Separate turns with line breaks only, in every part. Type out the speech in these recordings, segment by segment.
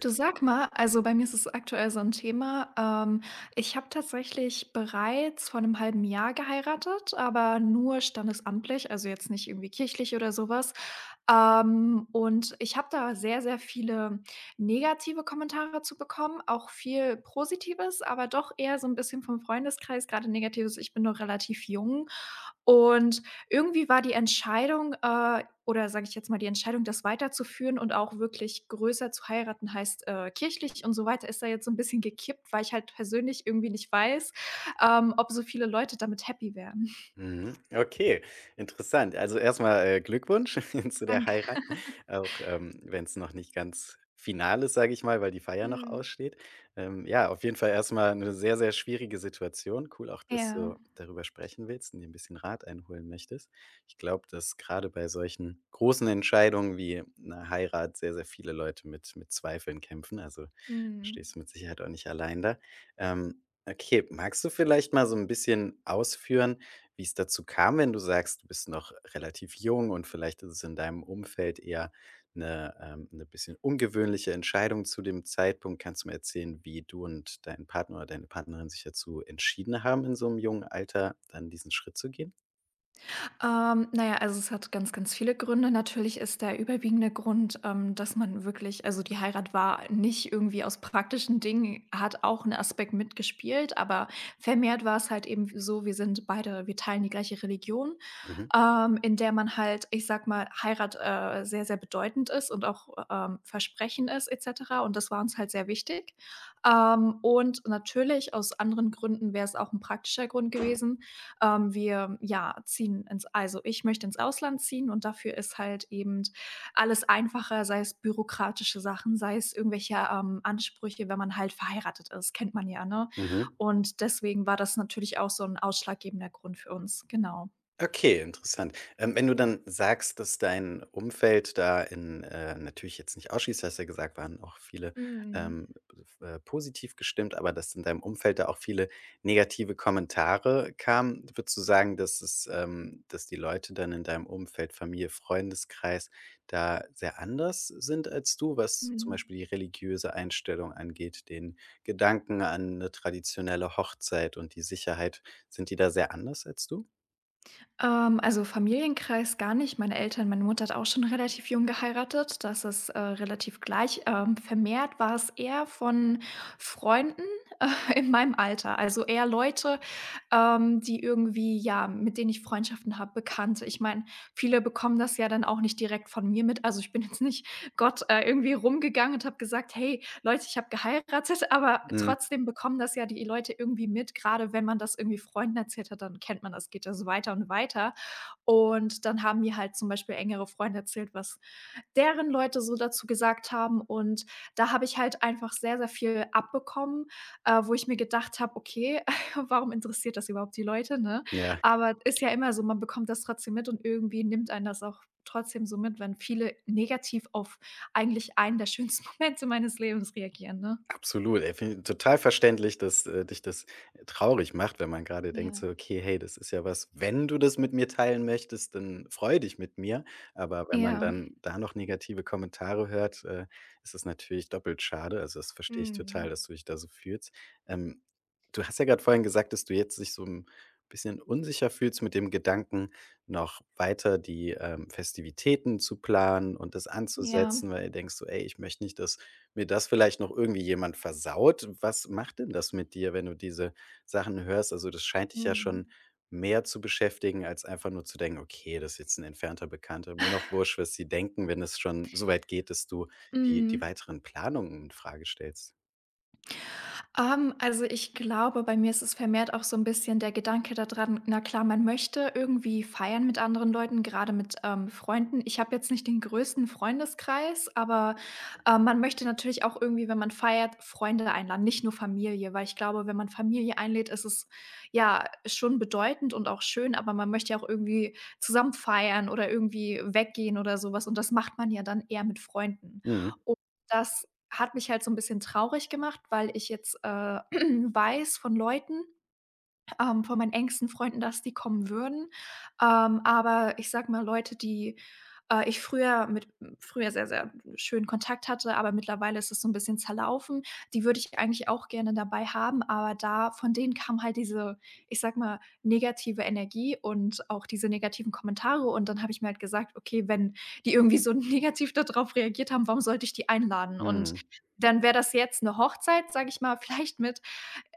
Du sag mal, also bei mir ist es aktuell so ein Thema. Ich habe tatsächlich bereits vor einem halben Jahr geheiratet, aber nur standesamtlich, also jetzt nicht irgendwie kirchlich oder sowas. Und ich habe da sehr, sehr viele negative Kommentare zu bekommen, auch viel Positives, aber doch eher so ein bisschen vom Freundeskreis, gerade Negatives. Ich bin noch relativ jung und irgendwie war die Entscheidung, oder sage ich jetzt mal, die Entscheidung, das weiterzuführen und auch wirklich größer zu heiraten, heißt, kirchlich und so weiter, ist da jetzt so ein bisschen gekippt, weil ich halt persönlich irgendwie nicht weiß, ob so viele Leute damit happy wären.
Mhm. Okay, interessant. Also erstmal Glückwunsch zu der
Danke.
Heirat, auch, wenn es noch nicht ganz final ist, sage ich mal, weil die Feier noch
Mhm.
aussteht. Ja, auf jeden Fall erstmal eine sehr, sehr schwierige Situation. Cool auch, dass du
Ja.
darüber sprechen willst und dir 'n bisschen Rat einholen möchtest. Ich glaube, dass gerade bei solchen großen Entscheidungen wie einer Heirat sehr, sehr viele Leute mit Zweifeln kämpfen. Also, da
Mhm.
stehst du mit Sicherheit auch nicht allein da. Okay, magst du vielleicht mal so ein bisschen ausführen, wie es dazu kam, wenn du sagst, du bist noch relativ jung und vielleicht ist es in deinem Umfeld eher eine 'ne bisschen ungewöhnliche Entscheidung zu dem Zeitpunkt. Kannst du mir erzählen, wie du und dein Partner oder deine Partnerin sich dazu entschieden haben, in so einem jungen Alter dann diesen Schritt zu gehen?
Na ja, also es hat ganz, ganz viele Gründe. Natürlich ist der überwiegende Grund, dass man wirklich also die Heirat war nicht irgendwie aus praktischen Dingen, hat auch einen Aspekt mitgespielt, aber vermehrt war es halt eben so, wir sind beide wir teilen die gleiche Religion,
Mhm,
in der man halt, ich sage mal, Heirat, sehr, sehr bedeutend ist und auch, Versprechen ist et cetera, und das war uns halt sehr wichtig. Und natürlich aus anderen Gründen wäre es auch ein praktischer Grund gewesen. Wir, ja, ziehen ins also, ich möchte ins Ausland ziehen und dafür ist halt eben alles einfacher, sei es bürokratische Sachen, sei es irgendwelche, Ansprüche, wenn man halt verheiratet ist, kennt man ja, ne?
mhm.
Und deswegen war das natürlich auch so ein ausschlaggebender Grund für uns, genau.
Okay, interessant. Wenn du dann sagst, dass dein Umfeld da in natürlich jetzt nicht ausschließt, hast ja gesagt, waren auch viele
Mhm.
ähm, positiv gestimmt, aber dass in deinem Umfeld da auch viele negative Kommentare kamen, würdest du sagen, dass es, dass die Leute dann in deinem Umfeld, Familie, Freundeskreis da sehr anders sind als du, was zum
Mhm.
Beispiel die religiöse Einstellung angeht, den Gedanken an eine traditionelle Hochzeit und die Sicherheit, sind die da sehr anders als du?
Also Familienkreis gar nicht. Meine Eltern meine Mutter hat auch schon relativ jung geheiratet. Das ist, relativ gleich. Vermehrt war es eher von Freunden. In meinem Alter, also eher Leute, die irgendwie ja, mit denen ich Freundschaften habe, Bekannte. Ich meine, viele bekommen das ja dann auch nicht direkt von mir mit. Also, ich bin jetzt nicht Gott, irgendwie rumgegangen und habe gesagt: „Hey Leute, ich habe geheiratet“, aber trotzdem bekommen das ja die Leute irgendwie mit. Gerade wenn man das irgendwie Freunden erzählt hat, dann kennt man das, geht ja so weiter und weiter. Und dann haben mir halt zum Beispiel engere Freunde erzählt, was deren Leute so dazu gesagt haben und da habe ich halt einfach sehr, sehr viel abbekommen, wo ich mir gedacht habe: „Okay, warum interessiert das überhaupt die Leute“, ne?
Ja,
Aber ist ja immer so, man bekommt das trotzdem mit und irgendwie nimmt einen das auch trotzdem so mit, wenn viele negativ auf eigentlich einen der schönsten Momente meines Lebens reagieren, ne?
absolut. Ey, finde ich total verständlich, dass, dich das traurig macht, wenn man gerade denkt
Ja.
so: „Okay, hey, das ist ja was, wenn du das mit mir teilen möchtest, dann freu dich mit mir.“ Aber wenn man
Ja.
dann da noch negative Kommentare hört, ist es natürlich doppelt schade. Also, das verstehe ich total,
Mhm.
dass du dich da so fühlst. Ähm, Du hast ja gerade vorhin gesagt, dass du jetzt dich so ein bisschen unsicher fühlst mit dem Gedanken, noch weiter die, Festivitäten zu planen und das
Ja.
anzusetzen, weil du denkst so: „Ey, ich möchte nicht, dass mir das vielleicht noch irgendwie jemand versaut. Was macht denn das mit dir, wenn du diese Sachen hörst? Also, das scheint dich ja
Mhm.
schon mehr zu beschäftigen, als einfach nur zu denken: „Okay, das ist jetzt ein entfernter Bekannter. Mir noch wurscht, was sie denken“, wenn es schon so weit geht, dass du die
Mhm.
weiteren Planungen in Frage stellst.
Also, ich glaube, bei mir ist es vermehrt auch so ein bisschen der Gedanke daran. Na klar, man möchte irgendwie feiern mit anderen Leuten, gerade mit, Freunden. Ich habe jetzt nicht den größten Freundeskreis, aber, man möchte natürlich auch irgendwie, wenn man feiert, Freunde einladen, nicht nur Familie, weil ich glaube, wenn man Familie einlädt, ist es, ja, schon bedeutend und auch schön, aber man möchte ja auch irgendwie zusammen feiern oder irgendwie weggehen oder sowas. Und das macht man ja dann eher mit Freunden.
Mhm,
Und das hat mich halt so 'n bisschen traurig gemacht, weil ich jetzt, weiß von Leuten, von meinen engsten Freunden, dass die kommen würden. Aber ich sage mal, Leute, die, ich früher sehr, sehr schönen Kontakt hatte, aber mittlerweile ist es so ein bisschen zerlaufen, die würde ich eigentlich auch gerne dabei haben, aber da von denen kam halt diese, ich sage mal, negative Energie und auch diese negativen Kommentare und dann habe ich mir halt gesagt: „Okay, wenn die irgendwie so negativ darauf reagiert haben, warum sollte ich die einladen?“ Und
mhm.
dann wäre das jetzt eine Hochzeit, sage ich mal, vielleicht mit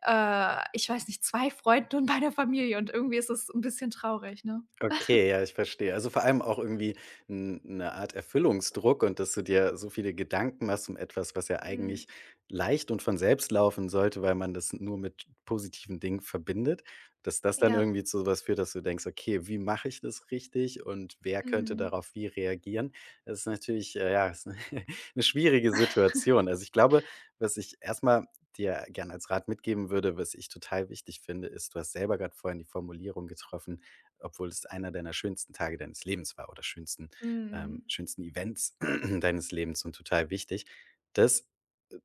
ich weiß nicht, 2 Freunden und meiner Familie und irgendwie ist es 'n bisschen traurig, ne?
Okay, ja, ich verstehe. Also, vor allem auch irgendwie eine Art Erfüllungsdruck und dass du dir so viele Gedanken machst um etwas, was ja
Mhm.
eigentlich leicht und von selbst laufen sollte, weil man das nur mit positiven Dingen verbindet, dass das dann
Ja.
irgendwie zu so was führt, dass du denkst: „Okay, wie mache ich das richtig und wer könnte
Mhm.
darauf wie reagieren?“ Das ist natürlich, ja, ist 'ne schwierige Situation. Also, ich glaube, was ich erstmal dir gern als Rat mitgeben würde, was ich total wichtig finde, ist, du hast selber gerade vorhin die Formulierung getroffen, obwohl es einer deiner schönsten Tage deines Lebens war oder schönsten
Mhm.
schönsten Events deines Lebens und total wichtig. Das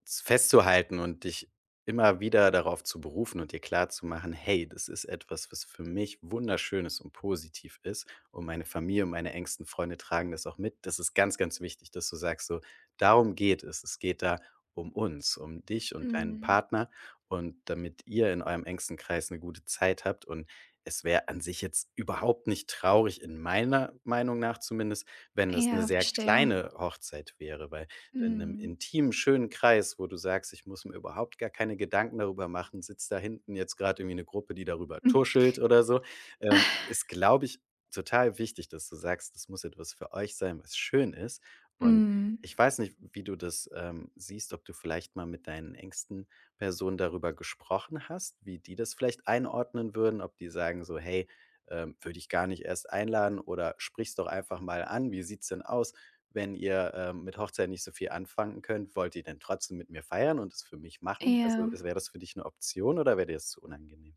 festzuhalten und dich immer wieder darauf zu berufen und dir klar zu machen, „Hey, das ist etwas, was für mich wunderschönes und positiv ist und meine Familie und meine engsten Freunde tragen das auch mit.“ Das ist ganz, ganz wichtig, dass du sagst so: „Darum geht es. Es geht da um uns, um dich und deinen
Mhm.
Partner und damit ihr in eurem engsten Kreis eine gute Zeit habt und es wäre an sich jetzt überhaupt nicht traurig, in meiner Meinung nach zumindest, wenn es eine
Ja,
sehr
verstehe.
kleine Hochzeit wäre, weil in einem
Mhm.
intimen, schönen Kreis, wo du sagst: „Ich muss mir überhaupt gar keine Gedanken darüber machen, sitzt da hinten jetzt gerade irgendwie eine Gruppe, die darüber
Hm.
tuschelt oder so,“ ist, glaube ich, total wichtig, dass du sagst, das muss etwas für euch sein, was schön ist. Und
Mhm.
ich weiß nicht, wie du das, siehst, ob du vielleicht mal mit deinen engsten Personen darüber gesprochen hast, wie die das vielleicht einordnen würden, ob die sagen so: „Hey, würde ich gar nicht erst einladen, oder sprich's doch einfach mal an. Wie sieht's denn aus, wenn ihr, mit Hochzeit nicht so viel anfangen könnt? Wollt ihr denn trotzdem mit mir feiern und es für mich machen?“
Ja.
Also, wäre das für dich eine Option oder wäre dir das zu unangenehm?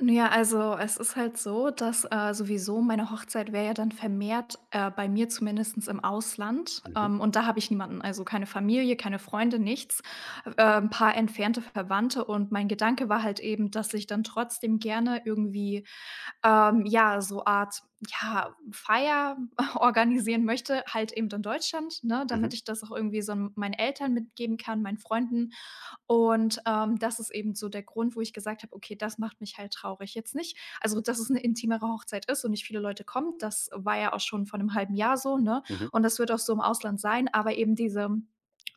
Na ja, also, es ist halt so, dass, sowieso meine Hochzeit wäre ja dann vermehrt, bei mir zumindest im Ausland,
Mhm,
und da habe ich niemanden, also, keine Familie, keine Freunde, nichts, 'n paar entfernte Verwandte und mein Gedanke war halt eben, dass ich dann trotzdem gerne irgendwie ja, so Art, ja, Feier organisieren möchte, halt eben in Deutschland, ne,
mhm,
damit ich das auch irgendwie so meinen Eltern mitgeben kann, meinen Freunden, und, das ist eben so der Grund, wo ich gesagt habe: „Okay, das macht mich halt traurig.“ Jetzt nicht also, dass es 'ne intimere Hochzeit ist und nicht viele Leute kommen, das war ja auch schon vor 'nem halben Jahr so, ne?
mhm,
Und das wird auch so im Ausland sein, aber eben diese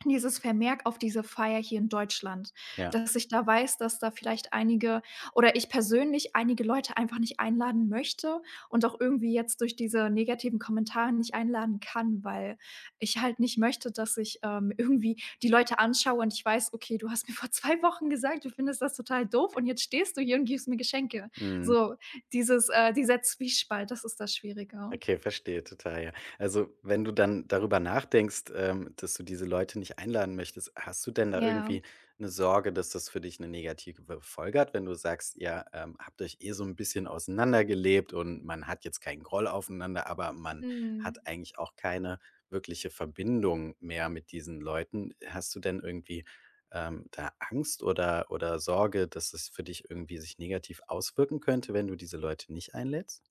dieses Vermerk auf diese Feier hier in Deutschland,
ja,
dass ich da weiß, dass da vielleicht einige oder ich persönlich einige Leute einfach nicht einladen möchte und auch irgendwie jetzt durch diese negativen Kommentare nicht einladen kann, weil ich halt nicht möchte, dass ich, irgendwie die Leute anschaue und ich weiß: „Okay, du hast mir vor 2 Wochen gesagt, du findest das total doof und jetzt stehst du hier und gibst mir Geschenke.“
mhm.
So dieses dieser Zwiespalt, das ist das Schwierige.
Okay, verstehe total, ja. Also, wenn du dann darüber nachdenkst, dass du diese Leute nicht einladen möchtest, hast du denn da
Ja.
irgendwie eine Sorge, dass das für dich eine negative Folge hat, wenn du sagst, ihr, habt euch eh so ein bisschen auseinandergelebt und man hat jetzt keinen Groll aufeinander, aber man
Mhm.
hat eigentlich auch keine wirkliche Verbindung mehr mit diesen Leuten. Hast du denn irgendwie, da Angst oder Sorge, dass es für dich irgendwie sich negativ auswirken könnte, wenn du diese Leute nicht einlädst?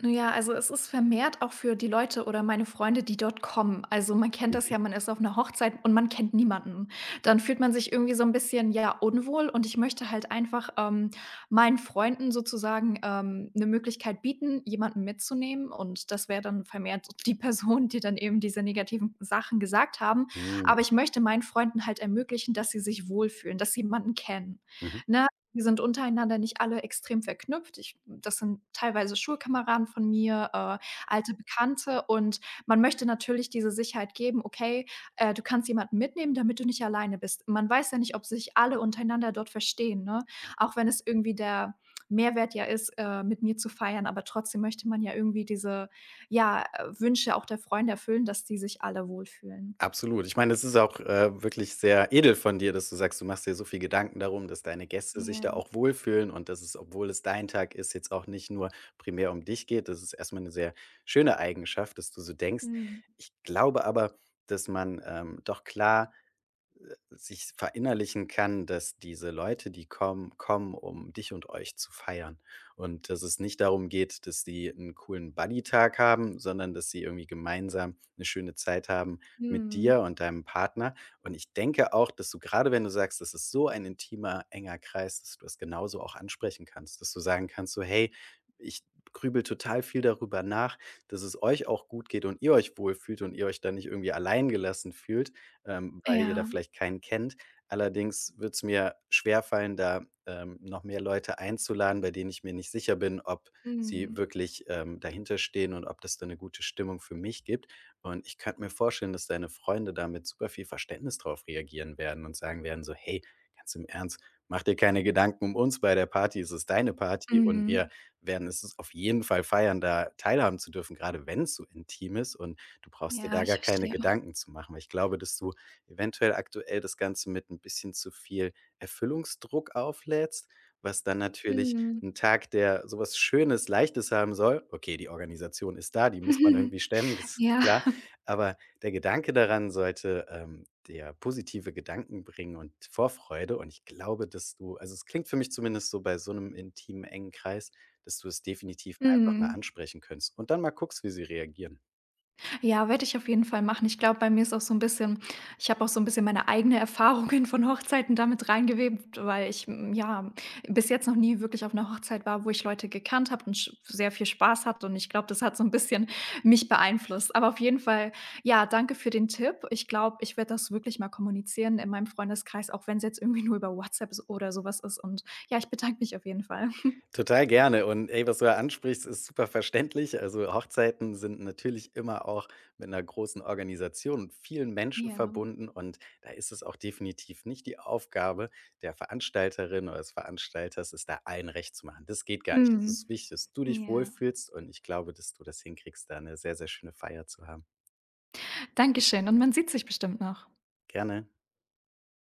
Na ja, also es ist vermehrt auch für die Leute oder meine Freunde, die dort kommen. Also, man kennt das
Mhm.
ja, man ist auf einer Hochzeit und man kennt niemanden. Dann fühlt man sich irgendwie so ein bisschen, ja, unwohl und ich möchte halt einfach, meinen Freunden sozusagen, 'ne Möglichkeit bieten, jemanden mitzunehmen und das wäre dann vermehrt die Person, die dann eben diese negativen Sachen gesagt haben.
Mhm,
Aber ich möchte meinen Freunden halt ermöglichen, dass sie sich wohlfühlen, dass sie jemanden kennen,
mhm.
ne? Wir sind untereinander nicht alle extrem verknüpft. Ich das sind teilweise Schulkameraden von mir, alte Bekannte und man möchte natürlich diese Sicherheit geben: „Okay, du kannst jemanden mitnehmen, damit du nicht alleine bist.“ Man weiß ja nicht, ob sich alle untereinander dort verstehen, ne? Auch wenn es irgendwie der Mehrwert ja ist, mit mir zu feiern, aber trotzdem möchte man ja irgendwie diese, ja, Wünsche auch der Freunde erfüllen, dass die sich alle wohlfühlen.
Absolut. Ich meine, es ist auch, wirklich sehr edel von dir, dass du sagst, du machst dir so viel Gedanken darum, dass deine Gäste sich da
Ja.
auch wohlfühlen und dass es, obwohl es dein Tag ist, jetzt auch nicht nur primär um dich geht. Das ist erstmal eine sehr schöne Eigenschaft, dass du so denkst.
Mhm.
Ich glaube aber, dass man, doch klar sich verinnerlichen kann, dass diese Leute, die kommen, kommen, um dich und euch zu feiern. Und dass es nicht darum geht, dass die einen coolen Buddy-Tag haben, sondern dass sie irgendwie gemeinsam eine schöne Zeit haben mit
Mhm.
dir und deinem Partner. Und ich denke auch, dass du gerade, wenn du sagst, das ist so ein intimer, enger Kreis, dass du das genauso auch ansprechen kannst, dass du sagen kannst so: „Hey, ich grübel total viel darüber nach, dass es euch auch gut geht und ihr euch wohlfühlt und ihr euch da nicht irgendwie alleingelassen fühlt. Weil ihr da
Ja.
vielleicht keinen kennt. Allerdings wird es mir schwerfallen, da, noch mehr Leute einzuladen, bei denen ich mir nicht sicher bin, ob sie
Mhm.
wirklich, dahinter stehen und ob das da eine gute Stimmung für mich gibt. Und ich könnte mir vorstellen, dass deine Freunde da mit super viel Verständnis drauf reagieren werden und sagen werden so: „Hey, ganz im Ernst, mach dir keine Gedanken um uns bei der Party. Es ist deine Party und wir
Mhm.
werden es auf jeden Fall feiern, da teilhaben zu dürfen. Gerade wenn es so intim ist. Und du brauchst dir
Ja,
da
ich
gar keine
verstehe.
Gedanken zu machen.“ Weil ich glaube, dass du eventuell aktuell das Ganze mit ein bisschen zu viel Erfüllungsdruck auflädst, was dann natürlich
Mhm.
ein Tag, der sowas Schönes, Leichtes haben soll, okay, die Organisation ist da, die muss man irgendwie stemmen, das ist
Ja.
klar, aber der Gedanke daran sollte, dir positive Gedanken bringen und Vorfreude und ich glaube, dass du, also, es klingt für mich zumindest so, bei so einem intimen, engen Kreis, dass du es definitiv einfach mal
Mhm.
ansprechen könntest und dann mal guckst, wie sie reagieren.
Ja, werde ich auf jeden Fall machen. Ich glaube, bei mir ist auch so ein bisschen ich habe auch so ein bisschen meine eigene Erfahrungen von Hochzeiten damit reingewebt, weil ich, ja, bis jetzt noch nie wirklich auf einer Hochzeit war, wo ich Leute gekannt habe und sch sehr viel Spaß hatte und ich glaube, das hat so ein bisschen mich beeinflusst. Aber auf jeden Fall, ja, danke für den Tipp. Ich glaube, ich werde das wirklich mal kommunizieren in meinem Freundeskreis, auch wenn es jetzt irgendwie nur über WhatsApp s oder sowas ist und ja, ich bedanke mich auf jeden Fall.
Total gerne, und ey, was du da ansprichst, ist super verständlich. Also, Hochzeiten sind natürlich immer auch mit einer großen Organisation und vielen Menschen
Ja.
verbunden und da ist es auch definitiv nicht die Aufgabe der Veranstalterin oder des Veranstalters, es da allen recht zu machen. Das geht gar nicht. Es ist
Mhm.
wichtig, dass du dich
Ja.
wohlfühlst und ich glaube, dass du das hinkriegst, da eine sehr, sehr schöne Feier zu haben.
Dankeschön und man sieht sich bestimmt noch.
Gerne.